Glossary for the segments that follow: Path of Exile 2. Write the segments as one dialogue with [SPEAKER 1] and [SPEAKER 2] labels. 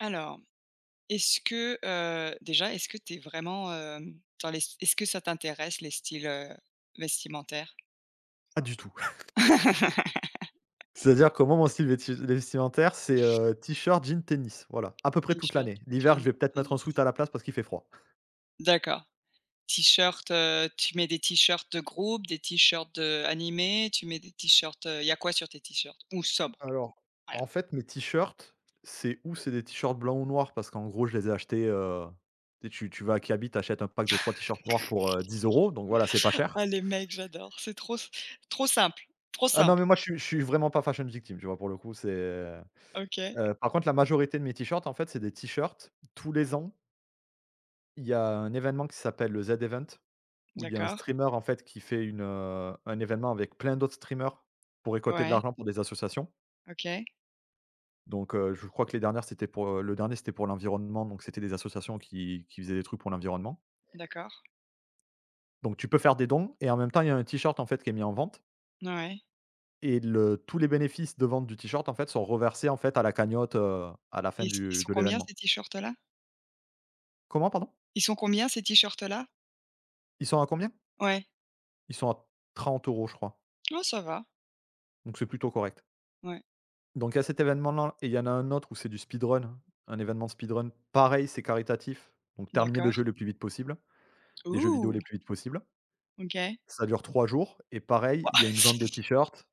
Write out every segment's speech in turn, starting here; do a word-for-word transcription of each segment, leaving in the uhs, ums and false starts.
[SPEAKER 1] Alors, est-ce que, heu, déjà, est-ce que tu es vraiment, hem, dans les est-ce que ça t'intéresse les styles, heu, vestimentaires?
[SPEAKER 2] Pas du tout. C'est-à-dire que moi, mon style vesti vestimentaire, c'est, heu, t-shirt, jean, tennis, voilà, à peu près toute
[SPEAKER 1] T-shirt,
[SPEAKER 2] l'année. L'hiver, je
[SPEAKER 1] jeans,
[SPEAKER 2] vais peut-être mettre un
[SPEAKER 1] tennis.
[SPEAKER 2] sweat à la place parce qu'il fait froid.
[SPEAKER 1] D'accord. T-shirt, heu, tu mets des t-shirts de groupe, des t-shirts, heu, animés, tu mets des t-shirts, il y a quoi sur tes t-shirts? Ou sobre,
[SPEAKER 2] Alors
[SPEAKER 1] voilà.
[SPEAKER 2] En fait, mes t-shirts, c'est ou c'est des t-shirts blancs ou noirs parce qu'en gros, je les ai achetés, heu, tu sais, tu tu vas à Kiabi, tu achètes un pack de trois t-shirts noirs pour, heu, dix euros €, donc voilà, c'est pas cher.
[SPEAKER 1] Ah les mecs, j'adore, c'est trop s trop simple, trop
[SPEAKER 2] Ah non,
[SPEAKER 1] simple.
[SPEAKER 2] mais moi, je suis je suis vraiment pas fashion victim, tu vois? Pour le coup, c'est, heu,
[SPEAKER 1] OK,
[SPEAKER 2] par contre, la majorité de mes t-shirts, en fait, c'est des t-shirts. Tous les ans, il y a un événement qui s'appelle le Z Event. Où il y a un
[SPEAKER 1] d'accord.
[SPEAKER 2] streamer en fait qui fait une, heu, un événement avec plein d'autres streamers pour récolter de
[SPEAKER 1] Ouais,
[SPEAKER 2] l'argent pour des associations.
[SPEAKER 1] OK,
[SPEAKER 2] Donc, heu, je crois que les dernières c'était pour, heu, le dernier c'était pour l'environnement, donc c'était des associations qui qui faisaient des trucs pour l'environnement.
[SPEAKER 1] d'accord.
[SPEAKER 2] Donc tu peux faire des dons et en même temps il y a un t-shirt en fait qui est mis en vente
[SPEAKER 1] Ouais.
[SPEAKER 2] et le tous les bénéfices de vente du t-shirt en fait sont reversés en fait à la cagnotte, heu, à la fin
[SPEAKER 1] Ils ils
[SPEAKER 2] du
[SPEAKER 1] sont
[SPEAKER 2] de
[SPEAKER 1] combien ces
[SPEAKER 2] l'événement.
[SPEAKER 1] t-shirts là?
[SPEAKER 2] Comment pardon?
[SPEAKER 1] Ils sont combien ces t-shirts là?
[SPEAKER 2] Ils sont à combien?
[SPEAKER 1] Ouais.
[SPEAKER 2] Ils sont à trente euros je crois,
[SPEAKER 1] Oh ça va,
[SPEAKER 2] donc c'est plutôt correct.
[SPEAKER 1] ouais,
[SPEAKER 2] Donc il y a cet événement-là et il y en a un autre où c'est du speedrun, un événement de speedrun. Pareil, c'est caritatif, donc terminer le jeu
[SPEAKER 1] d'accord.
[SPEAKER 2] le plus vite possible, les jeux vidéo
[SPEAKER 1] Ouh!
[SPEAKER 2] les plus vite possible.
[SPEAKER 1] OK.
[SPEAKER 2] Ça dure trois jours et pareil, il y
[SPEAKER 1] Waouh!
[SPEAKER 2] a une vente de t-shirts.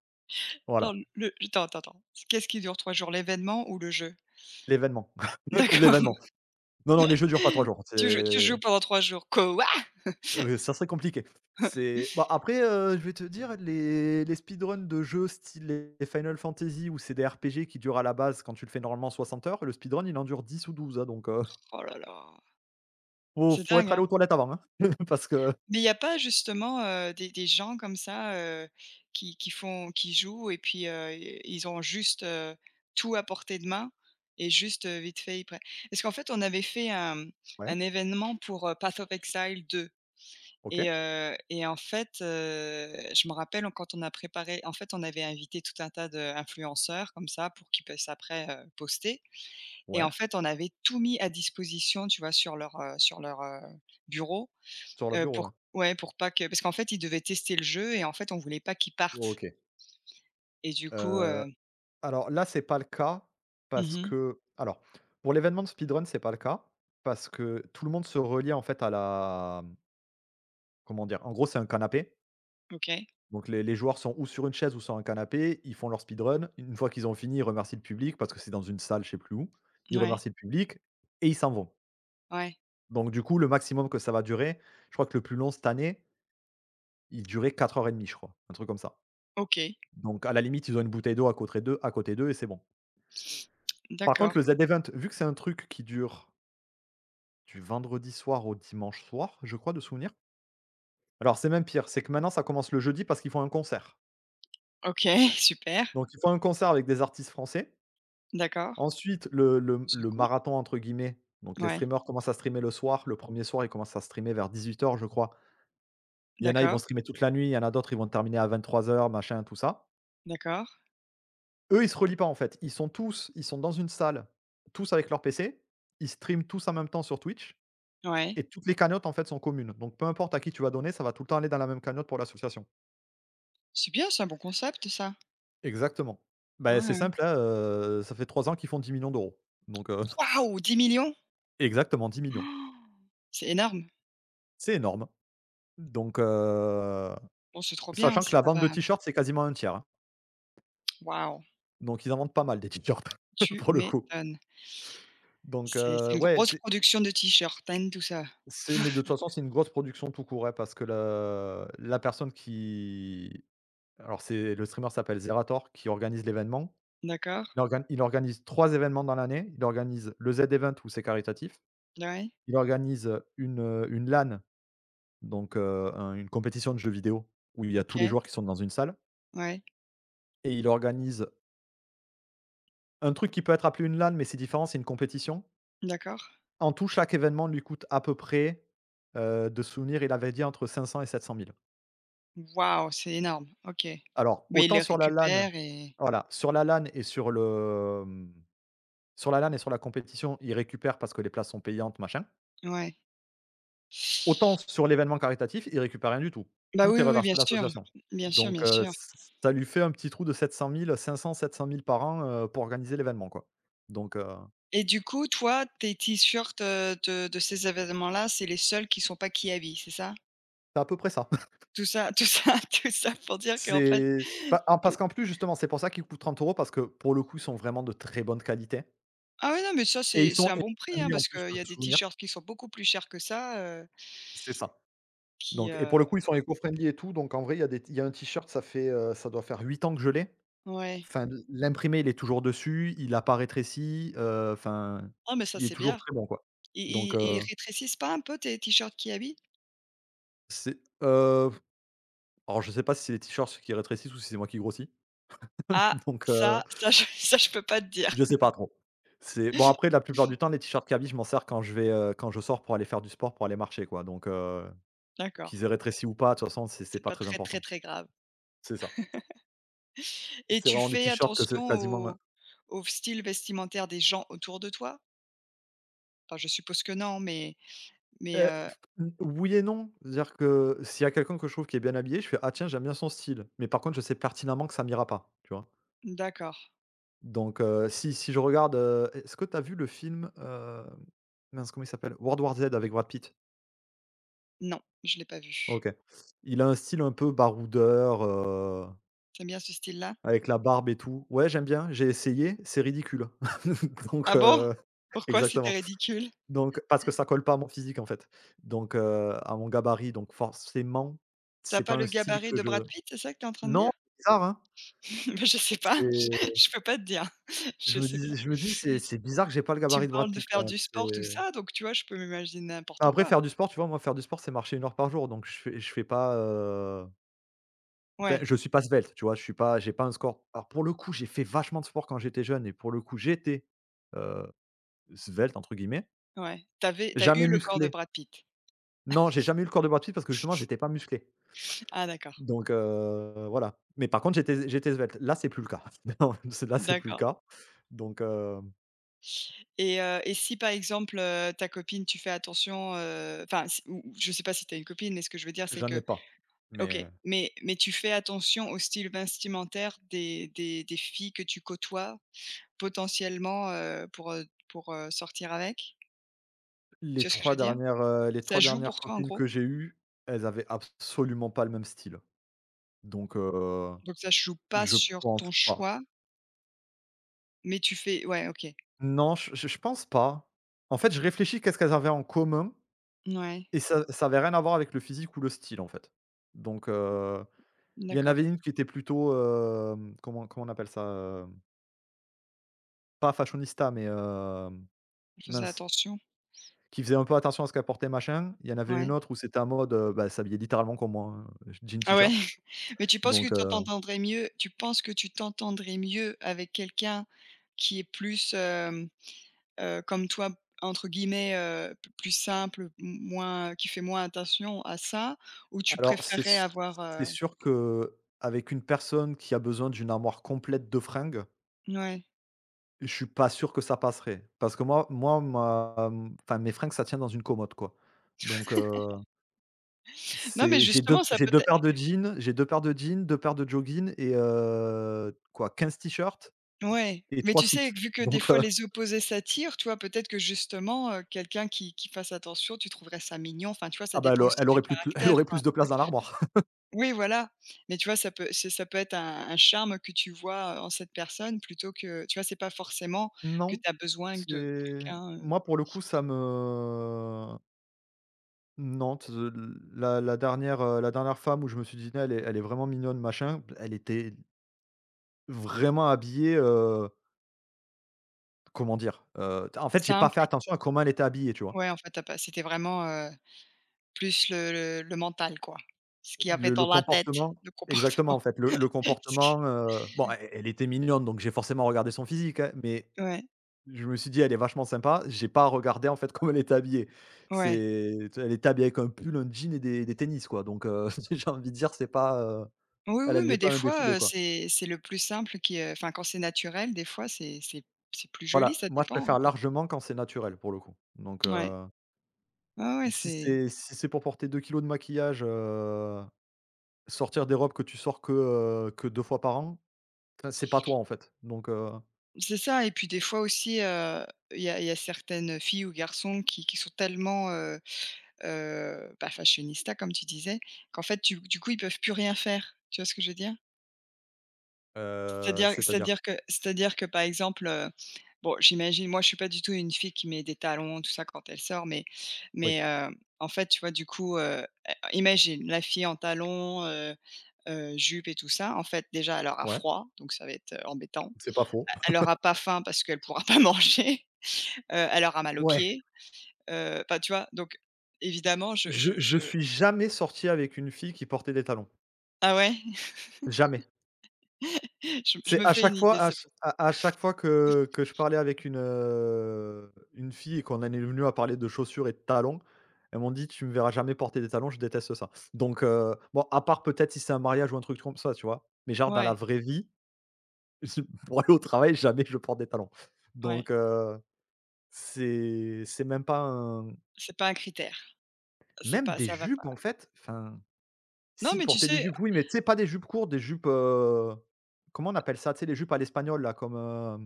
[SPEAKER 1] Attends,
[SPEAKER 2] Voilà,
[SPEAKER 1] le attends, attends, attends. Qu'est-ce qui dure trois jours? L'événement ou le jeu?
[SPEAKER 2] l'événement,
[SPEAKER 1] D'accord.
[SPEAKER 2] l'événement. Non, non, les jeux durent pas trois jours, c'est,
[SPEAKER 1] Tu joues tu
[SPEAKER 2] heu,
[SPEAKER 1] joues pendant trois jours. Quoi?
[SPEAKER 2] ça serait compliqué. C'est bah, après, heu, je vais te dire, les les speedruns de jeux style les Final Fantasy ou c'est des R P G qui durent à la base quand tu le fais normalement soixante heures, le speedrun, il en dure dix ou douze, hein, donc heu,
[SPEAKER 1] Oh là là,
[SPEAKER 2] faut
[SPEAKER 1] c'est
[SPEAKER 2] faut
[SPEAKER 1] dingue,
[SPEAKER 2] être allé
[SPEAKER 1] hein.
[SPEAKER 2] aux toilettes avant, hein, parce que
[SPEAKER 1] Mais il y a pas justement, heu, des des gens comme ça, heu, qui qui font qui jouent et puis, heu, i ils ont juste, heu, tout à portée de main et juste, heu, vite fait, ils prennent parce qu'en fait, on avait fait un, mmh,
[SPEAKER 2] ouais?
[SPEAKER 1] un événement pour, heu, Path of Exile deux.
[SPEAKER 2] OK,
[SPEAKER 1] Et heu et en fait, heu, je me rappelle quand on a préparé en fait, on avait invité tout un tas d'influenceurs comme ça pour qu'ils puissent après, heu, poster et
[SPEAKER 2] ouais,
[SPEAKER 1] en fait, on avait tout mis à disposition, tu vois? Sur leur, heu, sur leur, heu, bureau,
[SPEAKER 2] sur le
[SPEAKER 1] heu,
[SPEAKER 2] bureau, ouais.
[SPEAKER 1] pour ouais, pour pas que parce qu'en fait, ils devaient tester le jeu et en fait, on voulait pas qu'ils partent
[SPEAKER 2] OK.
[SPEAKER 1] et du coup, heu
[SPEAKER 2] Heu, alors là, c'est pas le cas parce
[SPEAKER 1] mmh
[SPEAKER 2] que alors, pour l'événement de speedrun, c'est pas le cas parce que tout le monde se relie en fait, à la mmh, comment dire? En gros, c'est un canapé,
[SPEAKER 1] OK.
[SPEAKER 2] donc les les joueurs sont ou sur une chaise ou sur un canapé, ils font leur speedrun. Une fois qu'ils ont fini, ils remercient le public parce que c'est dans une salle, je sais plus où. Ils
[SPEAKER 1] Ouais,
[SPEAKER 2] remercient le public et ils s'en vont.
[SPEAKER 1] ouais,
[SPEAKER 2] Donc du coup, le maximum que ça va durer, je crois que le plus long cette année, il durait quatre heures et un je crois, un truc comme ça.
[SPEAKER 1] OK.
[SPEAKER 2] Donc à la limite, ils ont une bouteille d'eau à côté d'eux à côté d'eux et c'est bon. Par
[SPEAKER 1] D'accord.
[SPEAKER 2] contre, le Z-Event, vu que c'est un truc qui dure du vendredi soir au dimanche soir, je crois de souvenir. Alors c'est même pire, c'est que maintenant ça commence le jeudi parce qu'ils font un concert.
[SPEAKER 1] OK, super.
[SPEAKER 2] Donc ils font un concert avec des artistes français.
[SPEAKER 1] D'accord.
[SPEAKER 2] Ensuite, le le
[SPEAKER 1] C'est
[SPEAKER 2] le
[SPEAKER 1] cool.
[SPEAKER 2] «marathon» entre guillemets, donc les
[SPEAKER 1] Ouais.
[SPEAKER 2] streamers commencent à streamer le soir. Le premier soir, ils commencent à streamer vers dix-huit heures, je crois. Il y en a, ils vont
[SPEAKER 1] D'accord,
[SPEAKER 2] streamer toute la nuit, il y en a d'autres, ils vont terminer à vingt-trois heures, machin, tout ça.
[SPEAKER 1] d'accord.
[SPEAKER 2] Eux, ils se relient pas en fait. Ils sont tous ils sont dans une salle, tous avec leur P C, ils streament tous en même temps sur Twitch.
[SPEAKER 1] Ouais.
[SPEAKER 2] Et toutes les cagnottes en fait sont communes. Donc peu importe à qui tu vas donner, ça va tout le temps aller dans la même cagnotte pour l'association.
[SPEAKER 1] C'est bien, c'est un bon concept ça.
[SPEAKER 2] Exactement.
[SPEAKER 1] Ouais,
[SPEAKER 2] Ben c'est
[SPEAKER 1] ouais.
[SPEAKER 2] simple, hein, heu, ça fait trois ans qu'ils font dix millions d'euros. Donc heu,
[SPEAKER 1] Waouh! Dix millions,
[SPEAKER 2] exactement dix millions.
[SPEAKER 1] c'est énorme.
[SPEAKER 2] C'est énorme. Donc heu,
[SPEAKER 1] Bon, c'est trop bien hein,
[SPEAKER 2] sachant que
[SPEAKER 1] si
[SPEAKER 2] la
[SPEAKER 1] ça
[SPEAKER 2] vente
[SPEAKER 1] va
[SPEAKER 2] de
[SPEAKER 1] hein.
[SPEAKER 2] t-shirts, c'est quasiment un tiers, hein.
[SPEAKER 1] Waouh,
[SPEAKER 2] Donc ils en vendent pas mal des t-shirts
[SPEAKER 1] tu
[SPEAKER 2] pour le coup.
[SPEAKER 1] m'étonnes.
[SPEAKER 2] Donc
[SPEAKER 1] C'est c'est
[SPEAKER 2] heu,
[SPEAKER 1] une
[SPEAKER 2] ouais,
[SPEAKER 1] grosse
[SPEAKER 2] c'est
[SPEAKER 1] production de t-shirts, hein, tout ça.
[SPEAKER 2] c'est mais de toute façon, c'est une grosse production tout court, hein, parce que la la personne qui alors c'est le streamer s'appelle Zerator qui organise l'événement.
[SPEAKER 1] D'accord.
[SPEAKER 2] Il organ il organise trois événements dans l'année. Il organise le Z-Event où c'est caritatif.
[SPEAKER 1] Ouais,
[SPEAKER 2] Il organise, une, heu, une LAN, donc heu, un une compétition de jeux vidéo où il y a tous les
[SPEAKER 1] OK.
[SPEAKER 2] joueurs qui sont dans une salle
[SPEAKER 1] Ouais,
[SPEAKER 2] et il organise un truc qui peut être appelé une LAN, mais c'est différent, c'est une compétition.
[SPEAKER 1] d'accord.
[SPEAKER 2] En tout, chaque événement lui coûte à peu près, heu, de souvenir, il avait dit entre cinq cents et sept cent mille.
[SPEAKER 1] Waouh, c'est énorme, OK.
[SPEAKER 2] Alors,
[SPEAKER 1] Mais ils
[SPEAKER 2] autant
[SPEAKER 1] les
[SPEAKER 2] sur la LAN
[SPEAKER 1] récupèrent et
[SPEAKER 2] voilà, sur la LAN et sur le, mmh, sur la LAN et sur la compétition, il récupère parce que les places sont payantes, machin.
[SPEAKER 1] ouais.
[SPEAKER 2] Autant sur l'événement caritatif, il récupère rien du tout.
[SPEAKER 1] Bah,
[SPEAKER 2] Tout
[SPEAKER 1] oui,
[SPEAKER 2] est
[SPEAKER 1] oui,
[SPEAKER 2] reversé
[SPEAKER 1] bien
[SPEAKER 2] à
[SPEAKER 1] sûr.
[SPEAKER 2] l'association.
[SPEAKER 1] Bien sûr,
[SPEAKER 2] Donc,
[SPEAKER 1] bien
[SPEAKER 2] heu,
[SPEAKER 1] sûr.
[SPEAKER 2] ç ça lui fait un petit trou de sept cent mille, cinq cent-sept cent mille par an, heu, pour organiser l'événement, quoi. Donc, heu,
[SPEAKER 1] Et du coup, toi, tes t-shirts, heu, de de ces événements-là, c'est les seuls qui sont pas Kiavi, c'est ça?
[SPEAKER 2] c'est à peu près ça.
[SPEAKER 1] Tout ça tout ça tout ça pour dire qu'en fait
[SPEAKER 2] C'est pa en parce
[SPEAKER 1] t
[SPEAKER 2] qu'en plus, justement, c'est pour ça qu'ils coûtent trente euros parce que pour le coup, ils sont vraiment de très bonne qualité
[SPEAKER 1] ah oui, non, mais ça,
[SPEAKER 2] et ils
[SPEAKER 1] c'est c'est
[SPEAKER 2] sont
[SPEAKER 1] un bon prix, hein,
[SPEAKER 2] éco-friendly en
[SPEAKER 1] parce
[SPEAKER 2] plus,
[SPEAKER 1] qu'il
[SPEAKER 2] le
[SPEAKER 1] y a des
[SPEAKER 2] souvenir.
[SPEAKER 1] t-shirts qui sont beaucoup plus chers que ça, heu,
[SPEAKER 2] C'est ça.
[SPEAKER 1] qui,
[SPEAKER 2] Donc et pour le
[SPEAKER 1] heu
[SPEAKER 2] coup, ils sont éco-friendly et tout, donc en vrai, il y a des t il y a un t-shirt, ça fait, heu, ça doit faire huit ans que je l'ai.
[SPEAKER 1] ouais.
[SPEAKER 2] Enfin, l l'imprimé, il est toujours dessus, il a pas rétréci, heu, enfin,
[SPEAKER 1] Non, mais ça,
[SPEAKER 2] il est
[SPEAKER 1] c'est
[SPEAKER 2] toujours
[SPEAKER 1] bien.
[SPEAKER 2] très bon, quoi. Donc
[SPEAKER 1] Ils ils ils
[SPEAKER 2] heu,
[SPEAKER 1] rétrécissent pas un peu tes t-shirts qui habillent?
[SPEAKER 2] c'est heu, alors je sais pas si c'est les t-shirts qui rétrécissent ou si c'est moi qui grossis,
[SPEAKER 1] Ah,
[SPEAKER 2] donc heu,
[SPEAKER 1] ça ça je ça, je peux pas te dire.
[SPEAKER 2] je sais pas trop. C'est bon, après, la plupart du temps, les t-shirts Kaby, je m'en sers quand je vais, heu, quand je sors pour aller faire du sport, pour aller marcher, quoi, donc heu,
[SPEAKER 1] D'accord,
[SPEAKER 2] qu'ils aient rétréci ou pas, de toute façon, c'est c'est
[SPEAKER 1] c'est
[SPEAKER 2] pas
[SPEAKER 1] pas
[SPEAKER 2] très
[SPEAKER 1] très, très,
[SPEAKER 2] important.
[SPEAKER 1] très grave
[SPEAKER 2] C'est ça.
[SPEAKER 1] et
[SPEAKER 2] C'est
[SPEAKER 1] tu
[SPEAKER 2] vraiment des
[SPEAKER 1] fais
[SPEAKER 2] t-shirts que c'est
[SPEAKER 1] attention
[SPEAKER 2] quasiment.
[SPEAKER 1] au au style vestimentaire des gens autour de toi? Enfin, je suppose que non, mais mais
[SPEAKER 2] Heu,
[SPEAKER 1] heu
[SPEAKER 2] oui et non. C'est-à-dire que s'il y a quelqu'un que je trouve qui est bien habillé, je fais: «Ah tiens, j'aime bien son style». Mais par contre, je sais pertinemment que ça m'ira pas, tu vois?
[SPEAKER 1] d'accord.
[SPEAKER 2] Donc heu, si si je regarde, heu, est-ce que tu as vu le film, heu, mince, comment il s'appelle? World War Z avec Brad Pitt.
[SPEAKER 1] Non, je l'ai pas vu.
[SPEAKER 2] OK. Il a un style un peu baroudeur, heu,
[SPEAKER 1] T'aimes bien ce style-là?
[SPEAKER 2] avec la barbe et tout. Ouais, j'aime bien, j'ai essayé, c'est ridicule. Donc
[SPEAKER 1] Ah bon?
[SPEAKER 2] heu,
[SPEAKER 1] Pourquoi
[SPEAKER 2] exactement.
[SPEAKER 1] c'était ridicule?
[SPEAKER 2] Donc parce que ça colle pas à mon physique, en fait. Donc heu, à mon gabarit, donc forcément,
[SPEAKER 1] T'as
[SPEAKER 2] c'est
[SPEAKER 1] pas
[SPEAKER 2] pas
[SPEAKER 1] le
[SPEAKER 2] un style
[SPEAKER 1] gabarit
[SPEAKER 2] que
[SPEAKER 1] de
[SPEAKER 2] je.
[SPEAKER 1] Brad Pitt, c'est ça que t'es en train de dire?
[SPEAKER 2] Non, c'est bizarre, hein.
[SPEAKER 1] Bah, je sais pas, je
[SPEAKER 2] C'est
[SPEAKER 1] je peux pas te dire, je
[SPEAKER 2] je me
[SPEAKER 1] sais pas.
[SPEAKER 2] dis je me dis: «C'est c'est bizarre que j'ai pas le
[SPEAKER 1] Tu me
[SPEAKER 2] gabarit de Brad
[SPEAKER 1] parles de
[SPEAKER 2] Pitt
[SPEAKER 1] faire
[SPEAKER 2] quand même».
[SPEAKER 1] du
[SPEAKER 2] C'est,
[SPEAKER 1] sport, tout ça, donc tu vois, je peux m'imaginer
[SPEAKER 2] enfin,
[SPEAKER 1] n'importe
[SPEAKER 2] après,
[SPEAKER 1] quoi.
[SPEAKER 2] faire du sport, tu vois, moi faire du sport, c'est marcher une heure par jour, donc je fais je fais pas, heu, enfin,
[SPEAKER 1] Ouais,
[SPEAKER 2] je suis pas svelte, tu vois? Je suis pas j'ai pas un score. Alors, pour le coup, j'ai fait vachement de sport quand j'étais jeune et pour le coup, j'étais, heu, «svelte» entre guillemets,
[SPEAKER 1] ouais. T'avais, t'as eu
[SPEAKER 2] jamais
[SPEAKER 1] le corps de
[SPEAKER 2] musclé.
[SPEAKER 1] Brad Pitt?
[SPEAKER 2] Non, j'ai jamais eu le corps de Brad Pitt parce que justement, j'étais pas musclé.
[SPEAKER 1] Ah d'accord,
[SPEAKER 2] Donc heu, voilà. Mais par contre, j'étais j'étais svelte. Là, c'est plus le cas. Non, c'est, là, c'est plus le
[SPEAKER 1] d'accord
[SPEAKER 2] cas. Donc heu,
[SPEAKER 1] et heu et si par exemple, heu, ta copine, tu fais attention, heu, enfin si ou ou je sais pas si t'as une copine, mais ce que je veux dire, c'est
[SPEAKER 2] j'en
[SPEAKER 1] que
[SPEAKER 2] ai pas.
[SPEAKER 1] OK,
[SPEAKER 2] Mais
[SPEAKER 1] mais mais tu fais attention au style vestimentaire des des des filles que tu côtoies? Potentiellement, heu, pour, heu, pour, heu, sortir avec. Tu
[SPEAKER 2] Les
[SPEAKER 1] vois ce que je veux
[SPEAKER 2] trois
[SPEAKER 1] dire?
[SPEAKER 2] dernières, heu, les
[SPEAKER 1] Ça
[SPEAKER 2] trois
[SPEAKER 1] joue
[SPEAKER 2] dernières
[SPEAKER 1] pour toi en
[SPEAKER 2] copines
[SPEAKER 1] gros?
[SPEAKER 2] que j'ai eues, elles avaient absolument pas le même style. Donc heu,
[SPEAKER 1] Donc ça joue pas
[SPEAKER 2] je
[SPEAKER 1] sur
[SPEAKER 2] pense
[SPEAKER 1] ton
[SPEAKER 2] pas.
[SPEAKER 1] choix, mais tu fais ouais, OK.
[SPEAKER 2] Non, je je je pense pas. En fait, je réfléchis qu'est-ce qu'elles avaient en commun
[SPEAKER 1] Ouais,
[SPEAKER 2] et ça ça avait rien à voir avec le physique ou le style, en fait. Donc heu, il y en avait
[SPEAKER 1] d'accord.
[SPEAKER 2] une qui était plutôt, hem, comment comment on appelle ça? Hem, pas fashionista, mais hem,
[SPEAKER 1] Je faisais
[SPEAKER 2] mince,
[SPEAKER 1] attention.
[SPEAKER 2] qui faisait un peu attention à ce qu'elle portait machin. Il y en avait une
[SPEAKER 1] Ouais.
[SPEAKER 2] autre où c'était un mode, heu, bah, elle s'habillait littéralement comme moi, hein, jean,
[SPEAKER 1] Ah ouais?
[SPEAKER 2] t-shirt.
[SPEAKER 1] Mais tu penses que tu
[SPEAKER 2] Donc
[SPEAKER 1] t'entendrais mieux tu penses que tu t'entendrais mieux avec quelqu'un qui est plus, hem, heu, comme toi, entre guillemets, heu, p plus simple, m moins qui fait moins attention à ça? Ou tu
[SPEAKER 2] Alors, c'est
[SPEAKER 1] préférerais
[SPEAKER 2] s
[SPEAKER 1] avoir,
[SPEAKER 2] c'est
[SPEAKER 1] heu
[SPEAKER 2] sûr qu'avec une personne qui a besoin d'une armoire complète de fringues,
[SPEAKER 1] ouais.
[SPEAKER 2] je suis pas sûr que ça passerait. Parce que moi moi ma mmh, enfin mes fringues, ça tient dans une commode, quoi. Donc, heu,
[SPEAKER 1] Non mais
[SPEAKER 2] c'est j'ai deux
[SPEAKER 1] justement ça
[SPEAKER 2] j'ai
[SPEAKER 1] peut.
[SPEAKER 2] deux paires de jeans j'ai deux paires de jeans, deux paires de jogging et heu, quoi, quinze t-shirts
[SPEAKER 1] Ouais,
[SPEAKER 2] et
[SPEAKER 1] mais
[SPEAKER 2] trois
[SPEAKER 1] tu sais,
[SPEAKER 2] sweats.
[SPEAKER 1] vu que des
[SPEAKER 2] Donc,
[SPEAKER 1] fois
[SPEAKER 2] heu,
[SPEAKER 1] les opposés s'attirent, tu vois, peut-être que justement, heu, quelqu'un qui qui fasse attention, tu trouverais ça mignon. Enfin, tu vois, ça
[SPEAKER 2] ah bah, elle
[SPEAKER 1] dépend
[SPEAKER 2] au
[SPEAKER 1] aussi
[SPEAKER 2] elle
[SPEAKER 1] du
[SPEAKER 2] aurait plus t elle
[SPEAKER 1] caractère,
[SPEAKER 2] aurait
[SPEAKER 1] quoi.
[SPEAKER 2] plus de place dans l'armoire.
[SPEAKER 1] Oui, voilà, mais tu vois, ça peut c'est ça peut être un un charme que tu vois, heu, en cette personne plutôt que tu vois, c'est pas forcément que
[SPEAKER 2] Non,
[SPEAKER 1] tu as besoin de
[SPEAKER 2] c'est
[SPEAKER 1] quelqu'un, heu,
[SPEAKER 2] moi, pour le coup, ça me Nantes, heu, la la dernière, heu, la dernière femme où je me suis dit: elle est elle est vraiment mignonne machin», elle était vraiment habillée, heu, comment dire? Heu, en fait, j'ai pas fait
[SPEAKER 1] simple.
[SPEAKER 2] attention à comment elle était habillée, tu vois?
[SPEAKER 1] Ouais, en fait, tu pas c'était vraiment, heu, plus le le le mental, quoi. Ce qu'il y avait
[SPEAKER 2] Le le
[SPEAKER 1] dans la tête,
[SPEAKER 2] comportement
[SPEAKER 1] le
[SPEAKER 2] exactement,
[SPEAKER 1] comportement.
[SPEAKER 2] en fait, le le
[SPEAKER 1] Ce qui
[SPEAKER 2] comportement, heu, bon, elle elle était mignonne, donc j'ai forcément regardé son physique, hein, mais
[SPEAKER 1] ouais,
[SPEAKER 2] je me suis dit: «Elle est vachement sympa», j'ai pas regardé, en fait, comment elle était habillée.
[SPEAKER 1] ouais.
[SPEAKER 2] C'est elle était habillée avec un pull, un jean et des des tennis, quoi, donc heu, j'ai envie de dire, c'est pas, heu,
[SPEAKER 1] Oui,
[SPEAKER 2] elle
[SPEAKER 1] oui,
[SPEAKER 2] elle est
[SPEAKER 1] mais
[SPEAKER 2] pas
[SPEAKER 1] des
[SPEAKER 2] à un défilé,
[SPEAKER 1] fois, heu,
[SPEAKER 2] quoi.
[SPEAKER 1] c'est c'est le plus simple qui, heu enfin, quand c'est naturel, des fois, c'est c'est c'est plus joli,
[SPEAKER 2] Voilà,
[SPEAKER 1] ça
[SPEAKER 2] moi je
[SPEAKER 1] dépend, en
[SPEAKER 2] préfère
[SPEAKER 1] fait.
[SPEAKER 2] largement quand c'est naturel pour le coup. Donc,
[SPEAKER 1] Ouais.
[SPEAKER 2] heu,
[SPEAKER 1] Ouais, ouais,
[SPEAKER 2] si
[SPEAKER 1] c'est
[SPEAKER 2] c'est si c'est pour porter deux kilos de maquillage, heu, sortir des robes que tu sors que, heu, que deux fois par an, enfin, c'est pas toi en fait. Donc, heu,
[SPEAKER 1] c'est ça et puis des fois aussi, heu, il y a il y a certaines filles ou garçons qui qui sont tellement, heu heu, bah, fashionistas, comme tu disais, qu'en fait, tu du coup, ils peuvent plus rien faire. Tu vois ce que je veux dire?
[SPEAKER 2] heu,
[SPEAKER 1] C'est-à-dire
[SPEAKER 2] c'est-à-dire?
[SPEAKER 1] c'est-à-dire que c'est-à-dire que, par exemple, bon, j'imagine moi, je suis pas du tout une fille qui met des talons, tout ça, quand elle sort, mais
[SPEAKER 2] Oui,
[SPEAKER 1] mais heu, en fait, tu vois, du coup, heu, e imagine la fille en talons, heu heu, jupe et tout ça. En fait, déjà, elle aura
[SPEAKER 2] ouais,
[SPEAKER 1] froid, donc ça va être, heu, embêtant.
[SPEAKER 2] c'est pas faux.
[SPEAKER 1] E elle aura pas faim parce qu'elle pourra pas manger, heu, elle aura mal aux
[SPEAKER 2] Ouais,
[SPEAKER 1] pieds, heu, enfin, tu vois? Donc évidemment, je
[SPEAKER 2] je
[SPEAKER 1] je
[SPEAKER 2] je
[SPEAKER 1] je
[SPEAKER 2] suis jamais sorti avec une fille qui portait des talons.
[SPEAKER 1] ah ouais?
[SPEAKER 2] Jamais.
[SPEAKER 1] Je je
[SPEAKER 2] C'est
[SPEAKER 1] me
[SPEAKER 2] à
[SPEAKER 1] fais une
[SPEAKER 2] chaque
[SPEAKER 1] idée,
[SPEAKER 2] fois à
[SPEAKER 1] c'est
[SPEAKER 2] ch
[SPEAKER 1] pour ça.
[SPEAKER 2] à à chaque fois que que je parlais avec une, heu, une fille et qu'on en est venu à parler de chaussures et de talons, elles m'ont dit: «Tu me verras jamais porter des talons, je déteste ça». Donc heu, bon, à part peut-être si c'est un mariage ou un truc comme ça, tu vois? Mais genre dans la
[SPEAKER 1] Ouais,
[SPEAKER 2] vraie vie, pour aller au travail, jamais je porte des talons.
[SPEAKER 1] ouais,
[SPEAKER 2] Donc heu, c'est c'est même pas un
[SPEAKER 1] c'est pas un critère, c'est
[SPEAKER 2] même
[SPEAKER 1] pas
[SPEAKER 2] des
[SPEAKER 1] ça va
[SPEAKER 2] jupes
[SPEAKER 1] pas.
[SPEAKER 2] en fait, enfin,
[SPEAKER 1] Non,
[SPEAKER 2] si
[SPEAKER 1] mais tu
[SPEAKER 2] porter des
[SPEAKER 1] sais.
[SPEAKER 2] jupes, oui, mais tu sais pas des jupes courtes, des jupes, heu, comment on appelle ça? Tu sais les jupes à l'espagnol là comme, heu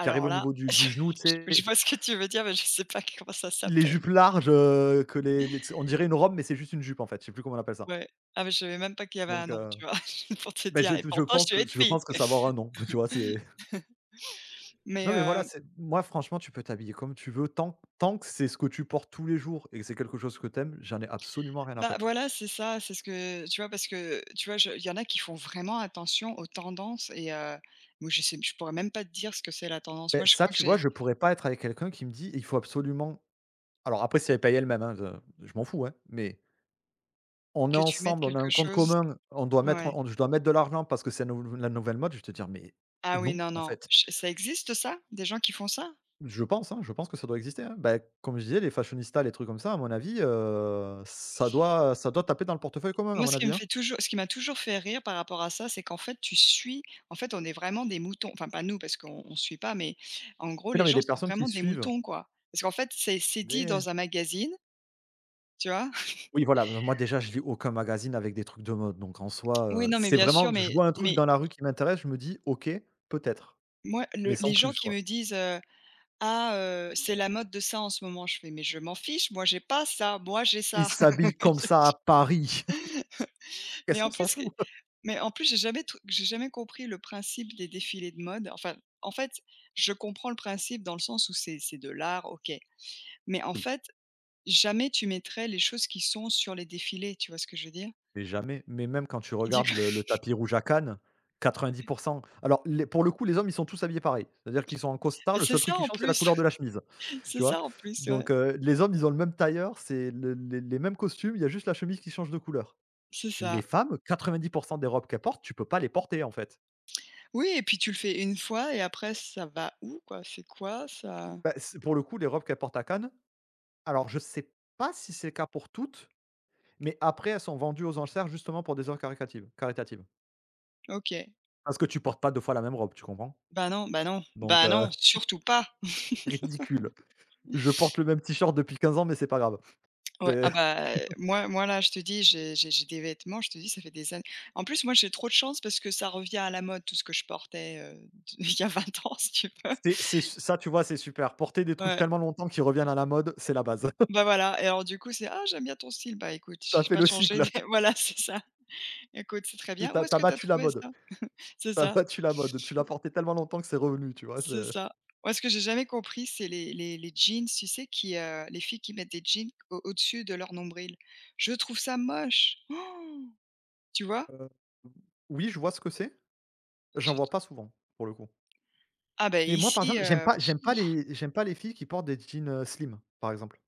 [SPEAKER 2] qui arrive au
[SPEAKER 1] là,
[SPEAKER 2] niveau du
[SPEAKER 1] je
[SPEAKER 2] du genou, tu sais?
[SPEAKER 1] je vois ce que tu veux dire, mais je sais pas comment ça
[SPEAKER 2] Les
[SPEAKER 1] s'appelle.
[SPEAKER 2] jupes larges, heu, que les les on dirait une robe, mais c'est juste une jupe, en fait. Je sais plus comment on appelle ça.
[SPEAKER 1] Ouais. Ah mais je savais même pas qu'il y avait un
[SPEAKER 2] Donc
[SPEAKER 1] nom,
[SPEAKER 2] heu,
[SPEAKER 1] tu vois? Pour te
[SPEAKER 2] beh, je
[SPEAKER 1] dire et
[SPEAKER 2] je
[SPEAKER 1] pourtant je
[SPEAKER 2] pense
[SPEAKER 1] suis
[SPEAKER 2] que
[SPEAKER 1] une
[SPEAKER 2] je
[SPEAKER 1] fille.
[SPEAKER 2] pense que ça va avoir un nom, tu vois? C'est
[SPEAKER 1] Mais
[SPEAKER 2] non, mais voilà,
[SPEAKER 1] heu,
[SPEAKER 2] c'est moi, franchement, tu peux t'habiller comme tu veux, tant tant que c'est ce que tu portes tous les jours et que c'est quelque chose que t'aimes j'en ai absolument rien à
[SPEAKER 1] bah,
[SPEAKER 2] faire.
[SPEAKER 1] voilà, c'est ça, c'est ce que tu vois? Parce que, tu vois, je il y en a qui font vraiment attention aux tendances et heu, moi je sais je pourrais même pas te dire ce que c'est la tendance.
[SPEAKER 2] Beh,
[SPEAKER 1] Moi je
[SPEAKER 2] ça,
[SPEAKER 1] crois que
[SPEAKER 2] tu vois,
[SPEAKER 1] j'ai
[SPEAKER 2] je pourrais pas être avec quelqu'un qui me dit: «Il faut absolument» alors après, si elle paye elle-même, hein, je je m'en fous, hein, mais on est
[SPEAKER 1] que tu mettes
[SPEAKER 2] ensemble, on a
[SPEAKER 1] quelque
[SPEAKER 2] un compte
[SPEAKER 1] chose
[SPEAKER 2] commun, on doit mettre
[SPEAKER 1] ouais.
[SPEAKER 2] on je dois mettre de l'argent parce que c'est la nou la nouvelle mode. Je vais te dire: «Mais
[SPEAKER 1] Ah oui,
[SPEAKER 2] non,
[SPEAKER 1] non,
[SPEAKER 2] en
[SPEAKER 1] non.
[SPEAKER 2] fait».
[SPEAKER 1] Ch ça existe ça? Des gens qui font ça?
[SPEAKER 2] Je pense, hein, je pense que ça doit exister, hein. Bah, comme je disais, les fashionistas, les trucs comme ça, à mon avis, heu, ça doit ça doit taper dans le portefeuille commun, à
[SPEAKER 1] Moi,
[SPEAKER 2] mon
[SPEAKER 1] ce qui me
[SPEAKER 2] avis, hein.
[SPEAKER 1] fait toujours ce qui m'a toujours fait rire par rapport à ça, c'est qu'en fait, tu suis en fait, on est vraiment des moutons. Enfin, pas nous, parce qu'on on suit pas, mais en gros,
[SPEAKER 2] Mais
[SPEAKER 1] les
[SPEAKER 2] non, mais
[SPEAKER 1] gens
[SPEAKER 2] les
[SPEAKER 1] sont
[SPEAKER 2] personnes qui
[SPEAKER 1] vraiment des
[SPEAKER 2] suivent
[SPEAKER 1] moutons, quoi. Parce qu'en fait, c'est c'est dit
[SPEAKER 2] des
[SPEAKER 1] dans un magazine, tu vois?
[SPEAKER 2] oui, voilà, moi déjà, je lis aucun magazine avec des trucs de mode, donc en soi,
[SPEAKER 1] Oui,
[SPEAKER 2] heu,
[SPEAKER 1] non, mais
[SPEAKER 2] c'est
[SPEAKER 1] bien sûr,
[SPEAKER 2] vraiment je
[SPEAKER 1] mais
[SPEAKER 2] vois un truc
[SPEAKER 1] mais
[SPEAKER 2] dans la rue qui m'intéresse, je me dis: «OK, peut-être»,
[SPEAKER 1] moi,
[SPEAKER 2] mais
[SPEAKER 1] le
[SPEAKER 2] sans
[SPEAKER 1] les gens
[SPEAKER 2] plus,
[SPEAKER 1] qui
[SPEAKER 2] quoi.
[SPEAKER 1] me disent, heu: «Ah, heu, c'est la mode de ça en ce moment», je fais: «Mais je m'en fiche, moi j'ai pas ça, moi j'ai
[SPEAKER 2] Ils
[SPEAKER 1] ça».
[SPEAKER 2] s'habillent comme ça à Paris,
[SPEAKER 1] Mais
[SPEAKER 2] qu'est-ce
[SPEAKER 1] en
[SPEAKER 2] qu'on s'en
[SPEAKER 1] plus,
[SPEAKER 2] fout?
[SPEAKER 1] Mais en plus, j'ai jamais tr j'ai jamais compris le principe des défilés de mode. Enfin, en fait, je comprends le principe dans le sens où c'est c'est de l'art, OK. Mais en
[SPEAKER 2] Oui.
[SPEAKER 1] fait, jamais tu mettrais les choses qui sont sur les défilés, tu vois ce que je veux dire?
[SPEAKER 2] Mais jamais, mais même quand tu
[SPEAKER 1] Du
[SPEAKER 2] regardes
[SPEAKER 1] coup
[SPEAKER 2] le le tapis rouge à Cannes, quatre-vingt-dix alors les pour le coup, les hommes, ils sont tous habillés pareil. C'est-à-dire qu'ils sont en costard, le
[SPEAKER 1] c'est
[SPEAKER 2] seul truc
[SPEAKER 1] ça
[SPEAKER 2] qui
[SPEAKER 1] en
[SPEAKER 2] change, c'est la
[SPEAKER 1] plus,
[SPEAKER 2] couleur de la chemise,
[SPEAKER 1] c'est
[SPEAKER 2] tu vois?
[SPEAKER 1] ça en plus, ouais,
[SPEAKER 2] Donc heu, les hommes, ils ont le même tailleur, c'est le les les mêmes costumes, il y a juste la chemise qui change de couleur.
[SPEAKER 1] c'est
[SPEAKER 2] Les
[SPEAKER 1] ça.
[SPEAKER 2] femmes, quatre-vingt-dix des robes qu'elles portent, tu peux pas les porter, en fait.
[SPEAKER 1] Oui et puis tu le fais une fois et après ça va où quoi? C'est quoi ça?
[SPEAKER 2] Bah, c'est pour le coup, les robes qu'elles portent à Cannes, alors je sais pas si c'est le cas pour toutes, mais après elles sont vendues aux enchères justement pour des œuvres caritatives caritatives.
[SPEAKER 1] OK.
[SPEAKER 2] Parce que tu portes pas deux fois la même robe, tu comprends?
[SPEAKER 1] Bah non, bah non,
[SPEAKER 2] Donc
[SPEAKER 1] bah
[SPEAKER 2] heu,
[SPEAKER 1] non, surtout pas!
[SPEAKER 2] ridicule. Je porte le même t-shirt depuis quinze ans, mais c'est pas grave.
[SPEAKER 1] Ouais, ah
[SPEAKER 2] C'est
[SPEAKER 1] bah, heu, moi moi là, je te dis, j'ai j'ai j'ai des vêtements, je te dis, ça fait des années. En plus, moi, j'ai trop de chance parce que ça revient à la mode, tout ce que je portais, heu, il y a vingt ans, si tu veux.
[SPEAKER 2] c'est c'est ça, tu vois, c'est super. Porter des trucs
[SPEAKER 1] Ouais,
[SPEAKER 2] tellement longtemps qu'ils reviennent à la mode, c'est la base.
[SPEAKER 1] bah, voilà et alors du coup, c'est: «Ah, j'aime bien ton style». Bah, écoute,
[SPEAKER 2] T'as
[SPEAKER 1] j'ai
[SPEAKER 2] fait
[SPEAKER 1] pas
[SPEAKER 2] le
[SPEAKER 1] changé
[SPEAKER 2] cycle.
[SPEAKER 1] de voilà, c'est ça. Écoute, c'est très bien. Où
[SPEAKER 2] T'as
[SPEAKER 1] est-ce
[SPEAKER 2] as
[SPEAKER 1] que tu as
[SPEAKER 2] battu la
[SPEAKER 1] trouvé
[SPEAKER 2] mode.
[SPEAKER 1] ça? C'est
[SPEAKER 2] T'as
[SPEAKER 1] ça,
[SPEAKER 2] battu la mode. Tu l'as porté tellement longtemps que c'est revenu, tu vois?
[SPEAKER 1] c'est
[SPEAKER 2] C'est,
[SPEAKER 1] ça. Moi, ce que j'ai jamais compris, c'est les les les jeans, tu sais, qui, heu les filles qui mettent des jeans au au-dessus de leur nombril. Je trouve ça moche. Oh, tu vois?
[SPEAKER 2] heu, oui, je vois ce que c'est. J'en
[SPEAKER 1] Je
[SPEAKER 2] vois pas souvent, pour le coup.
[SPEAKER 1] ah, ben
[SPEAKER 2] Mais moi, par
[SPEAKER 1] ici,
[SPEAKER 2] exemple, j'aime
[SPEAKER 1] heu
[SPEAKER 2] pas j'aime pas les j'aime pas les filles qui portent des jeans, heu, slim, par exemple.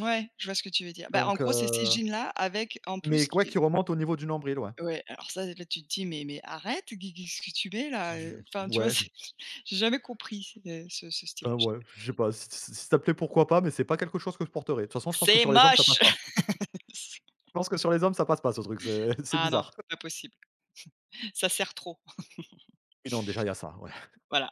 [SPEAKER 1] Ouais, je vois ce que tu veux dire. Bah, en
[SPEAKER 2] Donc
[SPEAKER 1] gros, c'est ces
[SPEAKER 2] heu,
[SPEAKER 1] jeans-là avec en plus
[SPEAKER 2] mais ouais,
[SPEAKER 1] qui
[SPEAKER 2] qui remontent au niveau du nombril, ouais.
[SPEAKER 1] ouais, alors ça, là, tu te dis: «Mais mais arrête, qu'est qu'est-ce que tu mets là?»
[SPEAKER 2] Je
[SPEAKER 1] heu, enfin, tu vois?
[SPEAKER 2] ouais,
[SPEAKER 1] C'est j'ai jamais compris c ce ce
[SPEAKER 2] enfin,
[SPEAKER 1] stylage.
[SPEAKER 2] ouais, je sais pas. Si si si ça te plaît, pourquoi pas, mais c'est pas quelque chose que je porterai. De toute façon, je pense que
[SPEAKER 1] «C'est
[SPEAKER 2] sur les hommes, ça
[SPEAKER 1] moche!»
[SPEAKER 2] passe pas. Je pense que sur les hommes, ça passe pas ce truc, c'est c'est
[SPEAKER 1] Ah non,
[SPEAKER 2] bizarre.
[SPEAKER 1] pas possible, ça sert trop.
[SPEAKER 2] Oui, non, déjà, il y a ça,
[SPEAKER 1] Voilà.